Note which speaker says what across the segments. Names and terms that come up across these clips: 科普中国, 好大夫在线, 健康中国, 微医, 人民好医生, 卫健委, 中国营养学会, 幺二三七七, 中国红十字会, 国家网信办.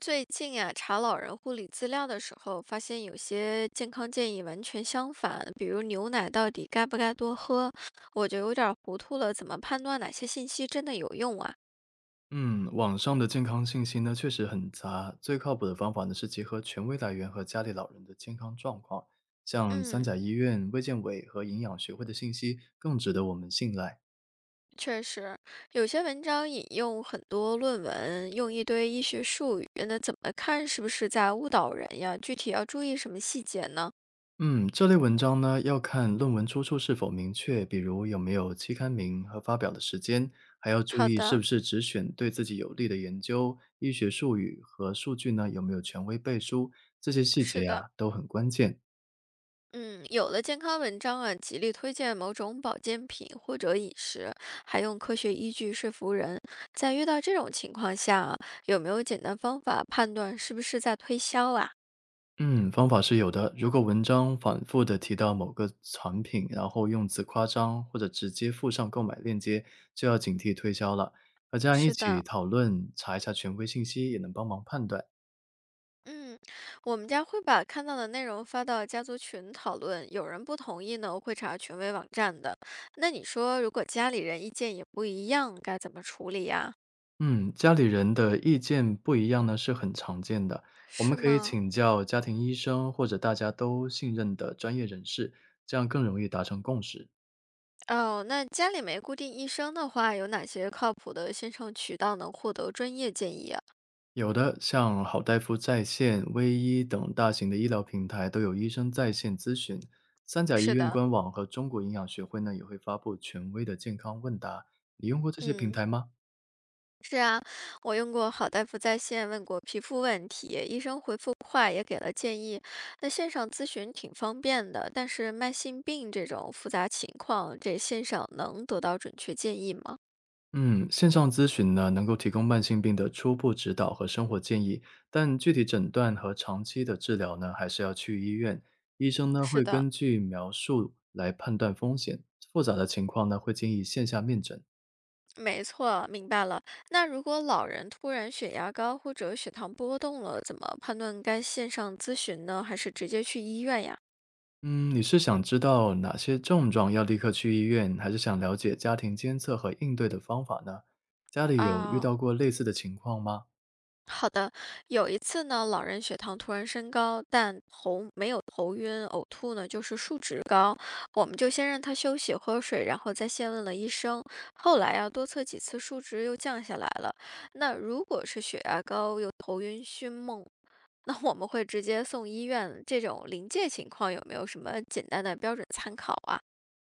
Speaker 1: 最近呀，查老人护理资料的时候，发现有些健康建议完全相反，比如牛奶到底该不该多喝，我就有点儿糊涂了，怎么判断哪些信息真的有用啊？
Speaker 2: 嗯，网上的健康信息呢确实很杂，最靠谱的方法呢是结合权威来源和家里老人的健康状况，像三甲
Speaker 1: 嗯，
Speaker 2: 医院、卫健委和营养学会的信息更值得我们信赖。
Speaker 1: 确实，有些文章引用很多论文，用一堆医学术语，那怎么看是不是在误导人呀？具体要注意什么细节呢？
Speaker 2: 嗯，这类文章呢要看论文出处是否明确，比如有没有期刊名和发表的时间，还要注
Speaker 1: 好
Speaker 2: 意是
Speaker 1: 的，
Speaker 2: 不是只选对自己有利的研究，医学术语和数据呢有没有权威背书，这些细
Speaker 1: 是
Speaker 2: 节
Speaker 1: 的。
Speaker 2: 啊都很关键。
Speaker 1: 嗯，有的健康文章啊，极力推荐某种保健品或者饮食，还用科学依据说服人。在遇到这种情况下啊有没有简单方法判断是不是在推销啊？
Speaker 2: 嗯，方法是有的。如果文章反复的提到某个产品，然后用词夸张，或者直接附上购买链接，就要警惕推销了。和家人一
Speaker 1: 是
Speaker 2: 起
Speaker 1: 的，
Speaker 2: 讨论，查一下权威信息，也能帮忙判断。
Speaker 1: 嗯，我们家会把看到的内容发到家族群讨论，有人不同意呢，我会查权威网站的。那你说，如果家里人意见也不一样，该怎么处理呀？
Speaker 2: 嗯，家里人的意见不一样呢，是很常见的。我们
Speaker 1: 是
Speaker 2: 可以
Speaker 1: 吗？
Speaker 2: 请教家庭医生或者大家都信任的专业人士，这样更容易达成共识。
Speaker 1: 哦，那家里没固定医生的话，有哪些靠谱的线上渠道能获得专业建议啊？
Speaker 2: 有的，像好大夫在线、微医等大型的医疗平台都有医生在线咨询。三甲医
Speaker 1: 是
Speaker 2: 院
Speaker 1: 的，
Speaker 2: 官网和中国营养学会呢也会发布权威的健康问答。你用过这些平
Speaker 1: 嗯，
Speaker 2: 台吗？
Speaker 1: 是啊，我用过好大夫在线问过皮肤问题，医生回复快，也给了建议。那线上咨询挺方便的，但是慢性病这种复杂情况，这线上能得到准确建议吗？
Speaker 2: 嗯，线上咨询呢能够提供慢性病的初步指导和生活建议，但具体诊断和长期的治疗呢还是要去医院。医生呢
Speaker 1: 是
Speaker 2: 会
Speaker 1: 的，
Speaker 2: 根据描述来判断风险，复杂的情况呢会建议线下面诊。
Speaker 1: 没错，明白了。那如果老人突然血压高或者血糖波动了，怎么判断该线上咨询呢，还是直接去医院呀？
Speaker 2: 嗯，你是想知道哪些症状要立刻去医院，还是想了解家庭监测和应对的方法呢？家里有遇
Speaker 1: 哦，
Speaker 2: 到过类似的情况吗？
Speaker 1: 好的。有一次呢，老人血糖突然升高，但头没有头晕、呕吐呢，就是数值高。我们就先让他休息、喝水，然后再先问了医生。后来呀，多测几次数值又降下来了。那如果是血压高又头晕、醺梦，那我们会直接送医院。这种临界情况有没有什么简单的标准参考啊？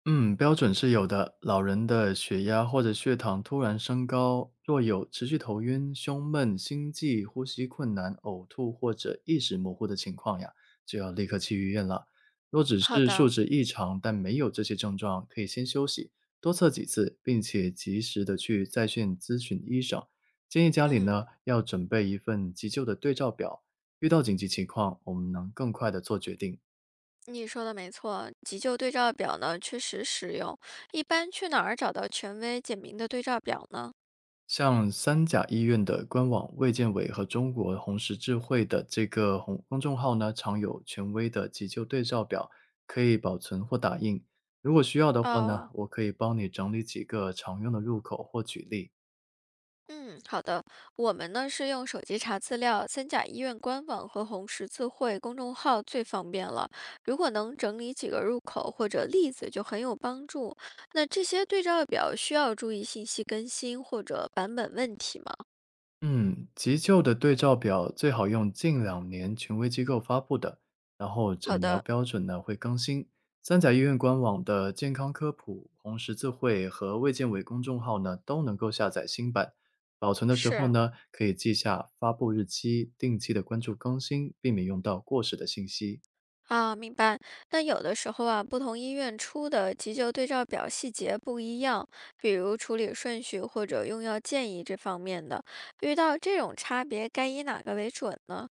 Speaker 2: 嗯，标准是有的。老人的血压或者血糖突然升高，若有持续头晕、胸闷、心悸、呼吸困难、呕吐或者意识模糊的情况呀，就要立刻去医院了。若只
Speaker 1: 好
Speaker 2: 是数
Speaker 1: 的，
Speaker 2: 值异常，但没有这些症状，可以先休息，多测几次，并且及时的去在线咨询医生。建议家里呢
Speaker 1: 嗯。
Speaker 2: 要准备一份急救的对照表，遇到紧急情况，我们能更快的做决定。
Speaker 1: 你说的没错，急救对照表呢确实实用。一般去哪儿找到权威简明的对照表呢？
Speaker 2: 像三甲医院的官网、卫健委和中国红十字会的这个红公众号呢，常有权威的急救对照表，可以保存或打印。如果需要的话呢，
Speaker 1: 哦，
Speaker 2: 我可以帮你整理几个常用的入口或举例。
Speaker 1: 嗯，好的。我们呢是用手机查资料，三甲医院官网和红十字会公众号最方便了。如果能整理几个入口或者例子，就很有帮助。那这些对照表需要注意信息更新或者版本问题吗？
Speaker 2: 嗯，急救的对照表最好用近两年权威机构发布的，然后
Speaker 1: 好
Speaker 2: 诊疗
Speaker 1: 的，
Speaker 2: 标准呢会更新。三甲医院官网的健康科普、红十字会和卫健委公众号呢都能够下载新版。保存的时候
Speaker 1: 是。
Speaker 2: 呢，可以记下发布日期，定期的关注更新，避免用到过时的信息。
Speaker 1: 啊，明白。那有的时候啊，不同医院出的急救对照表细节不一样，比如处理顺序或者用药建议这方面的，遇到这种差别，该以哪个为准呢？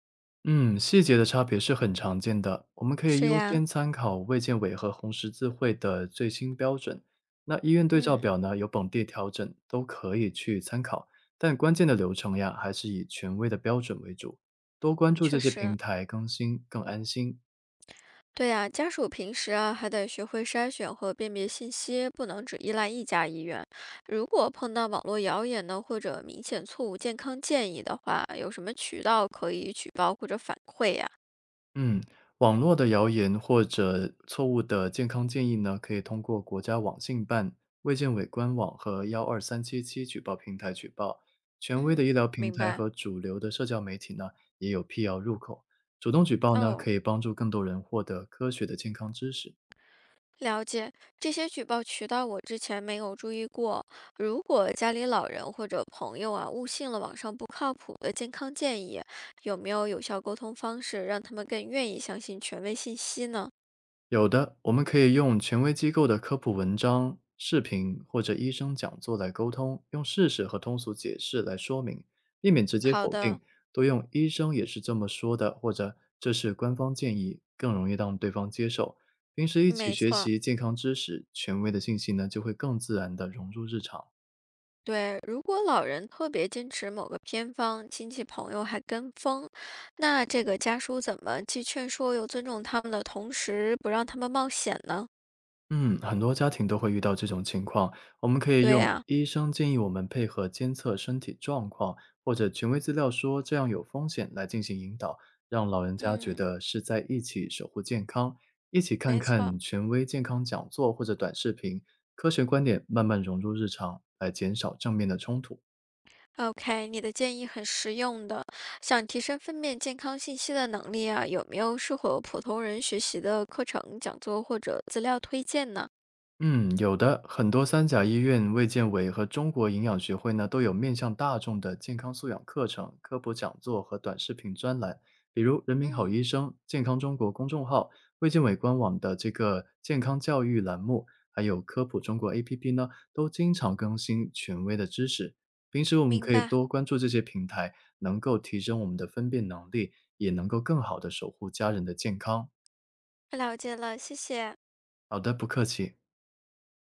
Speaker 2: 嗯，细节的差别是很常见的。我们可以
Speaker 1: 是
Speaker 2: 优
Speaker 1: 呀，
Speaker 2: 先参考卫健委和红十字会的最新标准。那医院对照
Speaker 1: 嗯，
Speaker 2: 表呢，有本地调整，都可以去参考。但关键的流程呀，还是以权威的标准为主。多关注这
Speaker 1: 确
Speaker 2: 些平
Speaker 1: 实，
Speaker 2: 台更新，更安心。
Speaker 1: 对呀，家属平时啊还得学会筛选和辨别信息，不能只依赖一家医院。如果碰到网络谣言呢，或者明显错误健康建议的话，有什么渠道可以举报或者反馈呀？
Speaker 2: 嗯，网络的谣言或者错误的健康建议呢，可以通过国家网信办、卫健委官网和12377举报平台举报。权威的医
Speaker 1: 嗯，
Speaker 2: 疗平
Speaker 1: 明
Speaker 2: 台
Speaker 1: 白。
Speaker 2: 和主流的社交媒体呢，也有辟谣入口。主动举报呢，可
Speaker 1: 哦。
Speaker 2: 以帮助更多人获得科学的健康知识。
Speaker 1: 了解，这些举报渠道我之前没有注意过。如果家里老人或者朋友啊误信了网上不靠谱的健康建议，有没有有效沟通方式让他们更愿意相信权威信息呢？
Speaker 2: 有的，我们可以用权威机构的科普文章、视频或者医生讲座来沟通，用事实和通俗解释来说明，避免直接
Speaker 1: 好
Speaker 2: 否
Speaker 1: 的，
Speaker 2: 定，多用“医生也是这么说的”或者“这是官方建议”，更容易让对方接受。平时一起
Speaker 1: 没
Speaker 2: 学
Speaker 1: 错，
Speaker 2: 习健康知识，权威的信息呢就会更自然地融入日常。
Speaker 1: 对。如果老人特别坚持某个偏方，亲戚朋友还跟风，那这个家属怎么既劝说又尊重他们的同时，不让他们冒险呢？
Speaker 2: 嗯，很多家庭都会遇到这种情况。我们可以
Speaker 1: 对
Speaker 2: 用
Speaker 1: 呀、
Speaker 2: 医生建议我们配合监测身体状况，或者权威资料说这样有风险来进行引导，让老人家觉
Speaker 1: 嗯，
Speaker 2: 得是在一起守护健康，一起看
Speaker 1: 没
Speaker 2: 看
Speaker 1: 错。
Speaker 2: 权威健康讲座或者短视频，科学观点慢慢融入日常，来减少正面的冲突。
Speaker 1: OK，你的建议很实用的。想提升分辨健康信息的能力啊，有没有适合普通人学习的课程、讲座或者资料推荐呢？
Speaker 2: 嗯，有的，很多三甲医院、卫健委和中国营养学会呢，都有面向大众的健康素养课程、科普讲座和短视频专栏，比如“人民好
Speaker 1: 嗯，
Speaker 2: 医生”、“健康中国”公众号、卫健委官网的这个健康教育栏目，还有科普中国 APP 呢，都经常更新权威的知识。平时我们
Speaker 1: 明
Speaker 2: 可以
Speaker 1: 白，
Speaker 2: 多关注这些平台，能够提升我们的分辨能力，也能够更好的守护家人的健康。
Speaker 1: 了解了，谢谢。
Speaker 2: 好的，不客气。